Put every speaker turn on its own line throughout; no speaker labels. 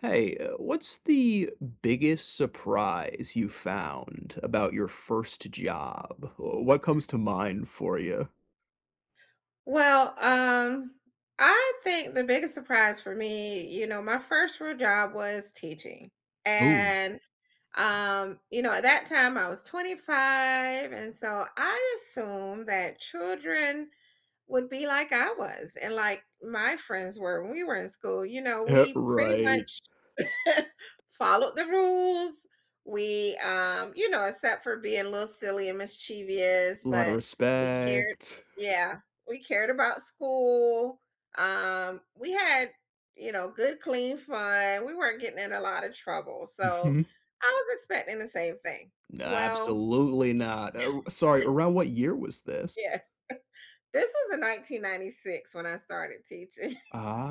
Hey, what's the biggest surprise you found about your first job? What comes to mind for you?
Well, um, I think the biggest surprise for me, you know, my first real job was teaching.
Oh,
And, you know, at that time I was 25. And so I assumed that children would be like I was and like my friends were when we were in school. You know, we pretty
Right.
much followed the rules. You know, except for being a little silly and mischievous,
A lot of
but we cared.
respect.
Yeah, we cared about school. We had, you know, good, clean fun. We weren't getting in a lot of trouble. So
Mhm.
I was expecting the same thing.
No,
Well,
absolutely not. Sorry, around what year was this?
yes. This was in 1996 when I started teaching.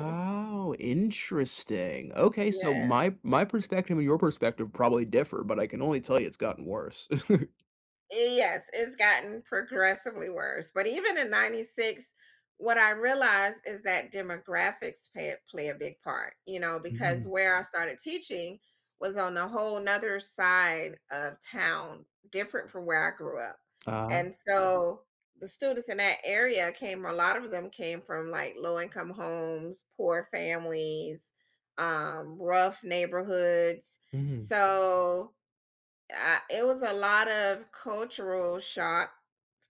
interesting. Okay, so
Yeah.
my perspective and your perspective probably differ, but I can only tell you it's gotten worse.
Yes, it's gotten progressively worse. But even in 96, what I realized is that play a big part, you know, because
Mhm.
where I started teaching was on a whole nother side of town, different from where I grew up.
Ah.
And so the students in that area came, a lot of them came from like low income homes, poor families, rough neighborhoods.
Mhm.
So, I it was a lot of cultural shock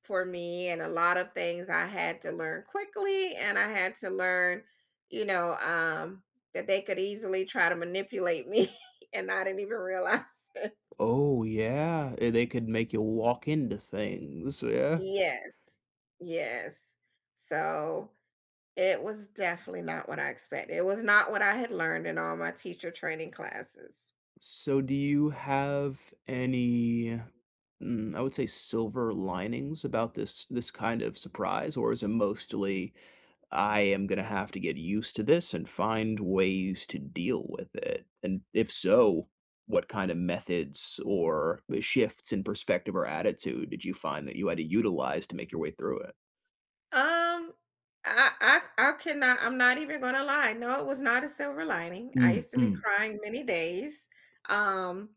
for me and a lot of things I had to learn quickly and I had to learn, you know, um, that they could easily try to manipulate me and I didn't even realize it.
Oh, yeah, they could make you walk into things, yeah.
Yes, yes. So it was definitely not what I expected. It was not what I had learned in all my teacher training classes.
So do you have any, I would say silver linings about this kind of surprise, or is it mostly, "I am gonna have to get used to this and find ways to deal with it," and if so, what kind of methods or shifts in perspective or attitude did you find that you had to utilize to make your way through it?
Um, I cannot, I'm not even gonna lie. No, it was not a silver lining. I
Mm,
used to be
mm,
crying many days. Um,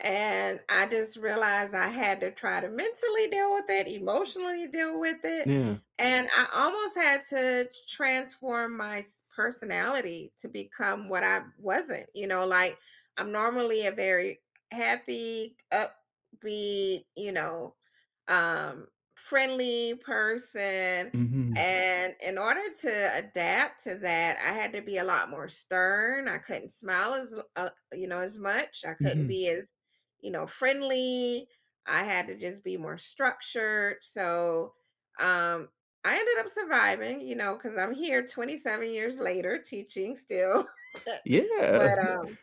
and I just realized I had to try to mentally deal with it, emotionally deal with it.
yeah,
And I almost had to transform my personality to become what I wasn't. You know, like I'm normally a very happy, upbeat, um, friendly person
mhm,
and in order to adapt to that, I had to be a lot more stern. I couldn't smile as you know as much. I couldn't
mhm.
be as you know friendly. I had to just be more structured. So um, I ended up surviving, you know, because I'm here 27 years later teaching still.
Yeah.
But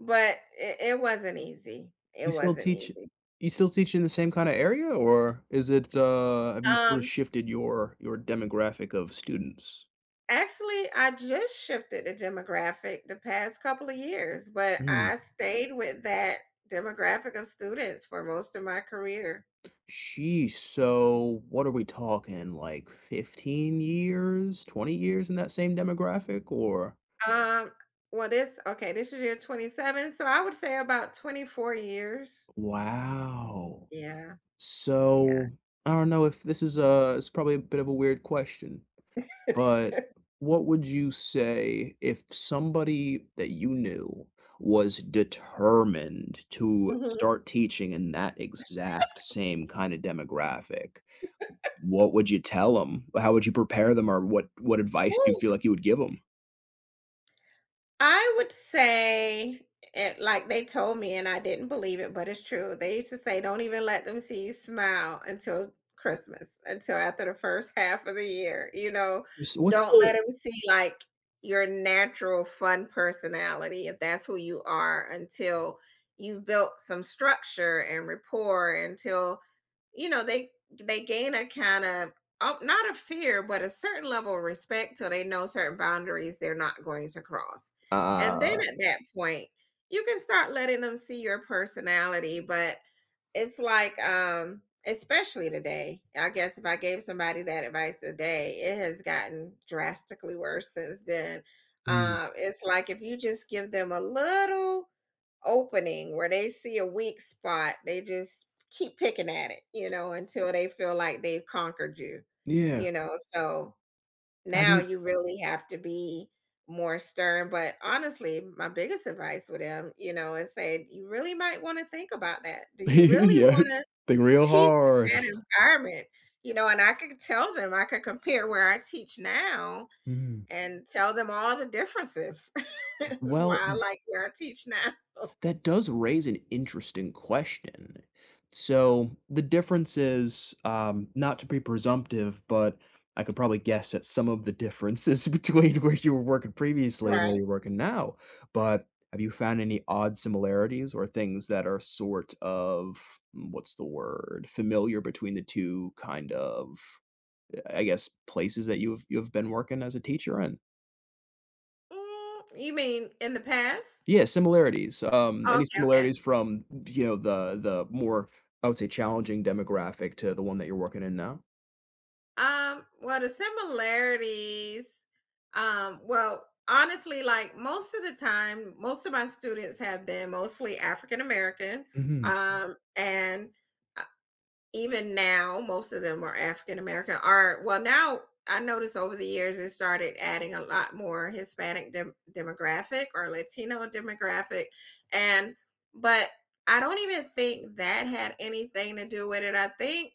it wasn't easy.
You
It
still
wasn't
teach
easy.
you still teach in the same kinda area, or is it, have you sort of
Um,
shifted your demographic of students?
Actually, I just shifted the demographic the past couple of years, but
Mm.
I stayed with that demographic of students for most of my career.
Sheesh, so what are we talking, like 15 years, 20 years in that same demographic, or
Um, well, this Okay, this is year 27, so I would say about 24 years.
Wow.
Yeah, yeah.
So, I don't know if this is, a. it's probably a bit of a weird question, but what would you say if somebody that you knew was determined to
Mhm.
start teaching in that exact same kinda demographic? What would you tell them? How would you prepare them, or what advice do you feel like you would give
I would say it like they told me, and I didn't believe it, but it's true. They used to say, don't even let them see you smile until Christmas, until after the first half of the year. You know,
them? What's
don't let
the
them see like your natural fun personality, if that's who you are, until you've built some structure and rapport, until you know, they gain a kind of oh, not a fear, but a certain level of respect till they know certain boundaries they're not going to cross. And then
Ah,
at that point, you can start letting them see your personality, but it's like especially today, I guess if I gave somebody that advice today, it has gotten drastically worse since then.
mm,
Uh, it's like if you just give them a little opening where they see a weak spot, they just keep picking at it, you know, until they feel like they've conquered you,
yeah.
you know. So
Have
now
you
you really have to be more stern. But honestly, my biggest advice with them, you know, is say you really might want to think about that. Do you really
Yeah,
want
think
to
real
teach
hard.
in that environment? You know, and I could tell them, I could compare where I teach now
Mm.
and tell them all the differences why
Well,
I like where I teach now.
that does raise an interesting question. So the difference is, not to be presumptive, but I could probably guess at some of the differences between where you were working previously and where
Right.
you're working now. But have you found any odd similarities or things that are sort of what's the word, familiar between the two kind of, I guess, places that you've been working as a teacher in?
Mm, you mean in the past?
Yeah, similarities,
Oh,
any
okay, okay.
similarities from, the more, I would say, challenging demographic to the one that you're working in now?
The similarities, well, honestly, like most of the time, most of my students have been mostly African American. Mhm.
Mhm.
And even now most of them are African American. Are well, now I notice over the years it started adding a lot more Hispanic demographic or Latino demographic, and but I don't even think that had anything to do with it. I think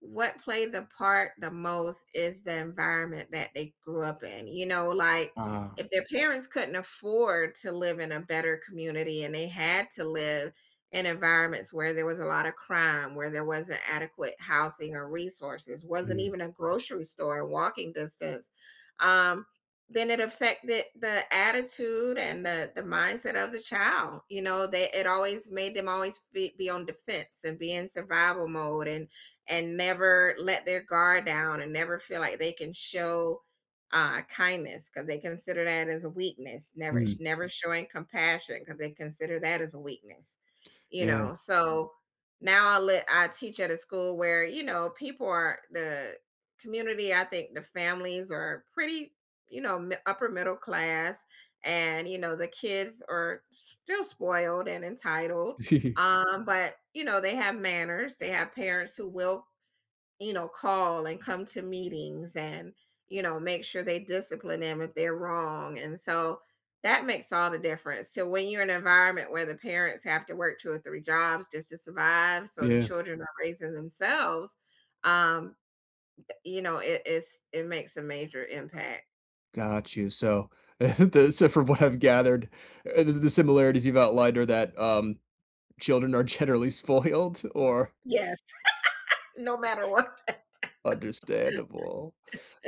what played the part the most is the environment that they grew up in, you know, like
Ah,
if their parents couldn't afford to live in a better community and they had to live in environments where there was a lot of crime, where there wasn't adequate housing or resources, wasn't
mhm,
even a grocery store in walking distance, um, then it affected the attitude and the mindset of the child. You know, they it always made them always be on defense and be in survival mode and never let their guard down and never feel like they can show kindness because they consider that as a weakness. Never
mhm,
never showing compassion because they consider that as a weakness you
yeah.
know so now I teach at a school where you know people are the community. I think the families are pretty you know upper middle class, and you know the kids are still spoiled and entitled. But you know they have manners, they have parents who will you know, call and come to meetings and, you know, make sure they discipline them if they're wrong. And so that makes all the difference. So when you're in an environment where the parents have to work two or three jobs just to survive, so the
Yeah,
children are raising themselves, um, you know, it makes a major impact.
got you, so, the so from what I've gathered, the similarities you've outlined are that, children are generally spoiled or
Yes, no matter what.
Understandable.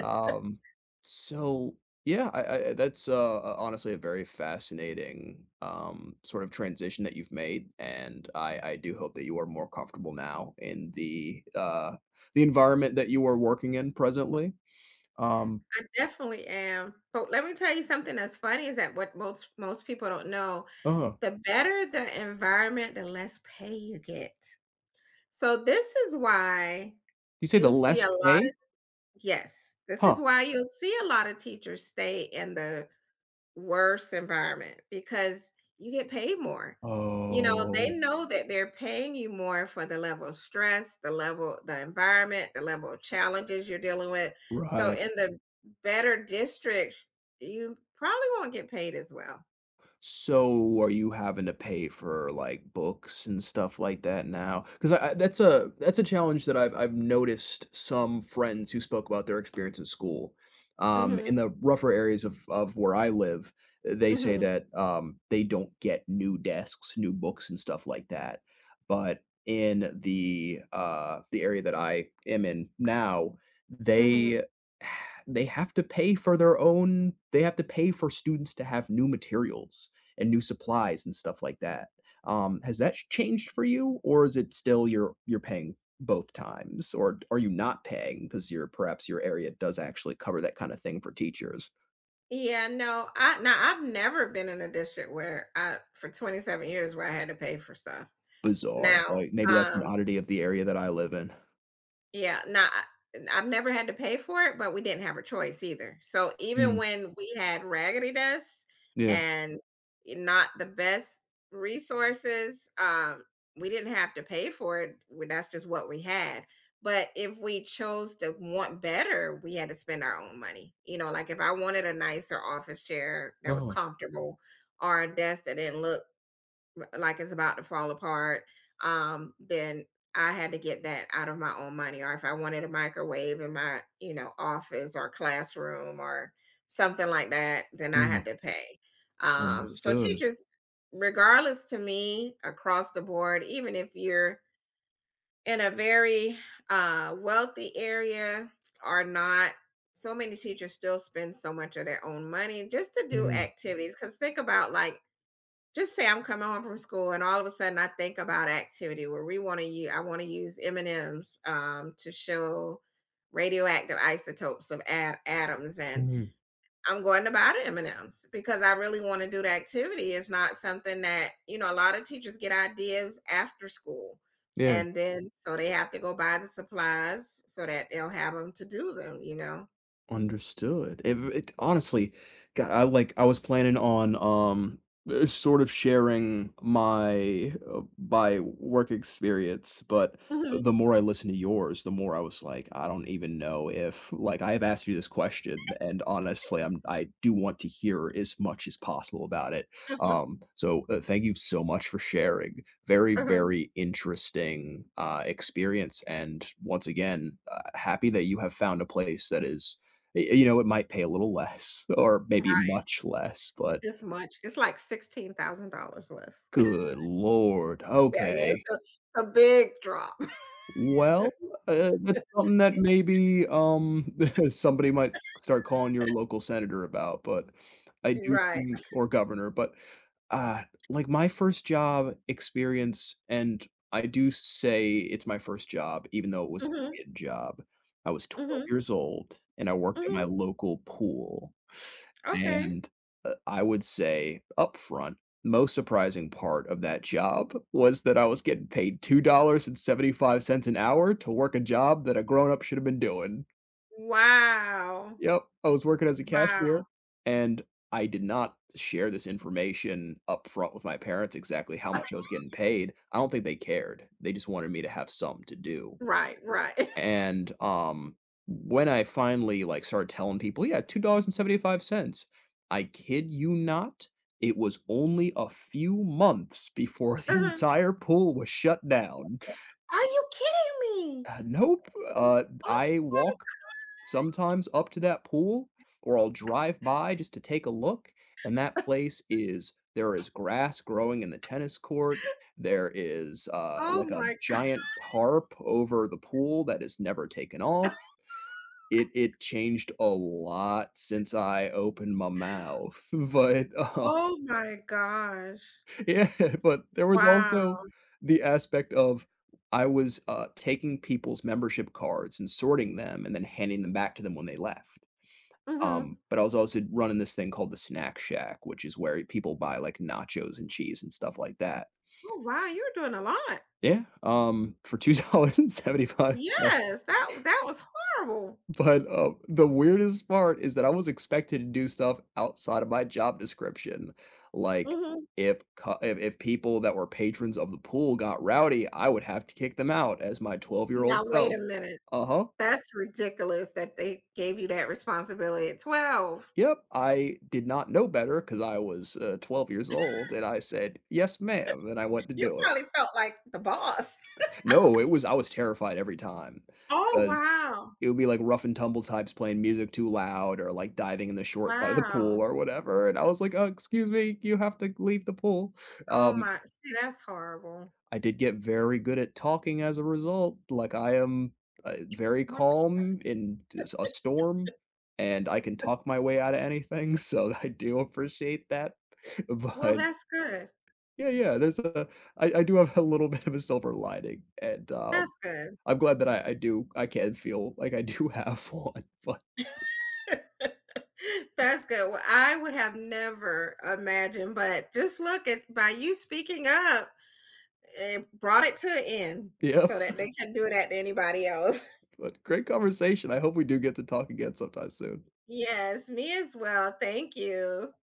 Um, so yeah, I that's honestly a very fascinating sort of transition that you've made, and I do hope that you are more comfortable now in the the environment that you are working in presently. Um,
I definitely am. But let me tell you something that's funny is that what most people don't know,
uh,
the better the environment, the less pay you get. So this is why
you say the
you see
less
a lot of
pay?
yes, this
Huh.
is why you'll see a lot of teachers stay in the worst environment because you get paid more. You know, they
Oh,
know that they're paying you more for the level of stress, the level, the environment, the level of challenges you're dealing with. So
right.
in the better districts, you probably won't get paid as well.
So are you having to pay for, like, books and stuff like that now? 'Cause I that's a challenge that I've noticed some friends who spoke about their experience at school. In
Mhm,
the rougher areas of where I live, they say
mhm,
that, they don't get new desks, new books, and stuff like that. But in the area that I am in now,
mhm.
they they have to pay for their own they have to pay for students to have new materials and new supplies and stuff like that. Has that changed for you, or is it still you're paying both times, or are you not paying because your perhaps your area does actually cover that kind of thing for teachers?
Yeah, no, I've never been in a district where I for 27 years where I had to pay for stuff.
Bizarre.
Now,
Maybe that's an
um
oddity of the area that I live in.
yeah, I've never had to pay for it, but we didn't have a choice either. So even
Mm,
when we had raggedy desks
yeah.
and not the best resources, we didn't have to pay for it. That's just what we had. But if we chose to want better, we had to spend our own money. You know, like if I wanted a nicer office chair that was
Oh.
comfortable or a desk that didn't look like it's about to fall apart, then I had to get that out of my own money. Or if I wanted a microwave in my, you know, office or classroom or something like that, then I
Mm,
had to pay. So
understood.
teachers, regardless to me, across the board, even if you're in a very wealthy area or not, so many teachers still spend so much of their own money just to do
Mhm,
activities. Because think about like just say I'm coming home from school, and all of a sudden I think about activity where we want to use. I want to use M and M's to show radioactive isotopes of atoms, and
mhm,
I'm going to buy the M and M's because I really want to do the activity. It's not something that you know. A lot of teachers get ideas after school,
yeah.
and then so they have to go buy the supplies so that they'll have them to do them. You know.
Understood. It honestly, God, I like I was planning on sort of sharing my my work experience, but the
Mhm.
more I listen to yours, the more I was like, I don't even know if like I have asked you this question, and honestly, I do want to hear as much as possible about it. Um, so uh, thank you so much for sharing. Very, very interesting experience, and once again, happy that you have found a place that is you know, it might pay a little less or maybe
Right.
much less, but
It's much. It's like $16,000 less.
good Lord.
Yeah, yeah,
Okay.
it's a big drop.
Well, that's something that maybe, somebody might start calling your local senator about, but I do
Right.
think, or governor, uh, like, my first job experience, and I do say it's my first job, even though it was a
Mhm,
kid job. I was 12
mhm,
years old, and I worked at
mhm,
my local pool.
okay.
And, I would say upfront, most surprising part of that job was that I was getting paid $2.75 an hour to work a job that a grown up should have been doing.
Wow.
Yep, I was working as a
Wow.
cashier, and I did not share this information upfront with my parents exactly how much I was getting paid. I don't think they cared. They just wanted me to have some to do.
Right, right.
And when I finally like started telling people, yeah, $2.75. I kid you not, it was only a few months before the
Uh-huh.
entire pool was shut down.
Are you kidding me?
Nope.
Oh
I
my
walk sometimes up to that pool, or I'll drive by just to take a look, and that place is there is grass growing in the tennis court. There is
oh
like a
my
giant tarp over the pool that is never taken off. It changed a lot since I opened my mouth, but,
oh my gosh.
yeah, but there was
Wow.
also the aspect of, I was, taking people's membership cards and sorting them and then handing them back to them when they left.
Mhm.
But I was also running this thing called the Snack Shack, which is where people buy, like, nachos and cheese and stuff like that.
Oh, wow, you're doing a lot.
Yeah, for $2.75.
Yes, that was horrible.
But, the weirdest part is that I was expected to do stuff outside of my job description. Like,
Mhm.
if cu if people that were patrons of the pool got rowdy, I would have to kick them out as my 12-year-old
Now wait
self.
a minute.
Uh-huh.
That's ridiculous that they gave you that responsibility at 12.
Yep, I did not know better because I was, 12 years old, and I said, "Yes, ma'am," and I went to
You
do it.
probably felt like the boss.
No, it was I was terrified every time
Oh,
'cause
wow.
it would be like rough and tumble types playing music too loud or like diving in the short side of the pool
Wow.
or whatever, and I was like, excuse me, you have to leave the pool."
Oh
Um,
my, see, that's horrible.
I did get very good at talking as a result, like, I am, very
What's
calm in s a storm, and I can talk my way out of anything, so I do appreciate that,
Well,
but
that's good.
yeah, yeah, there's a I do have a little bit of a silver lining, and,
That's good.
I'm glad that I can feel like I do have one, but
That's good. Well, I would have never imagined, but just look at by you speaking up, it brought it to an end
yeah.
so that they can do that to anybody else.
But great conversation. I hope we do get to talk again sometime soon.
Yes, me as well. Thank you.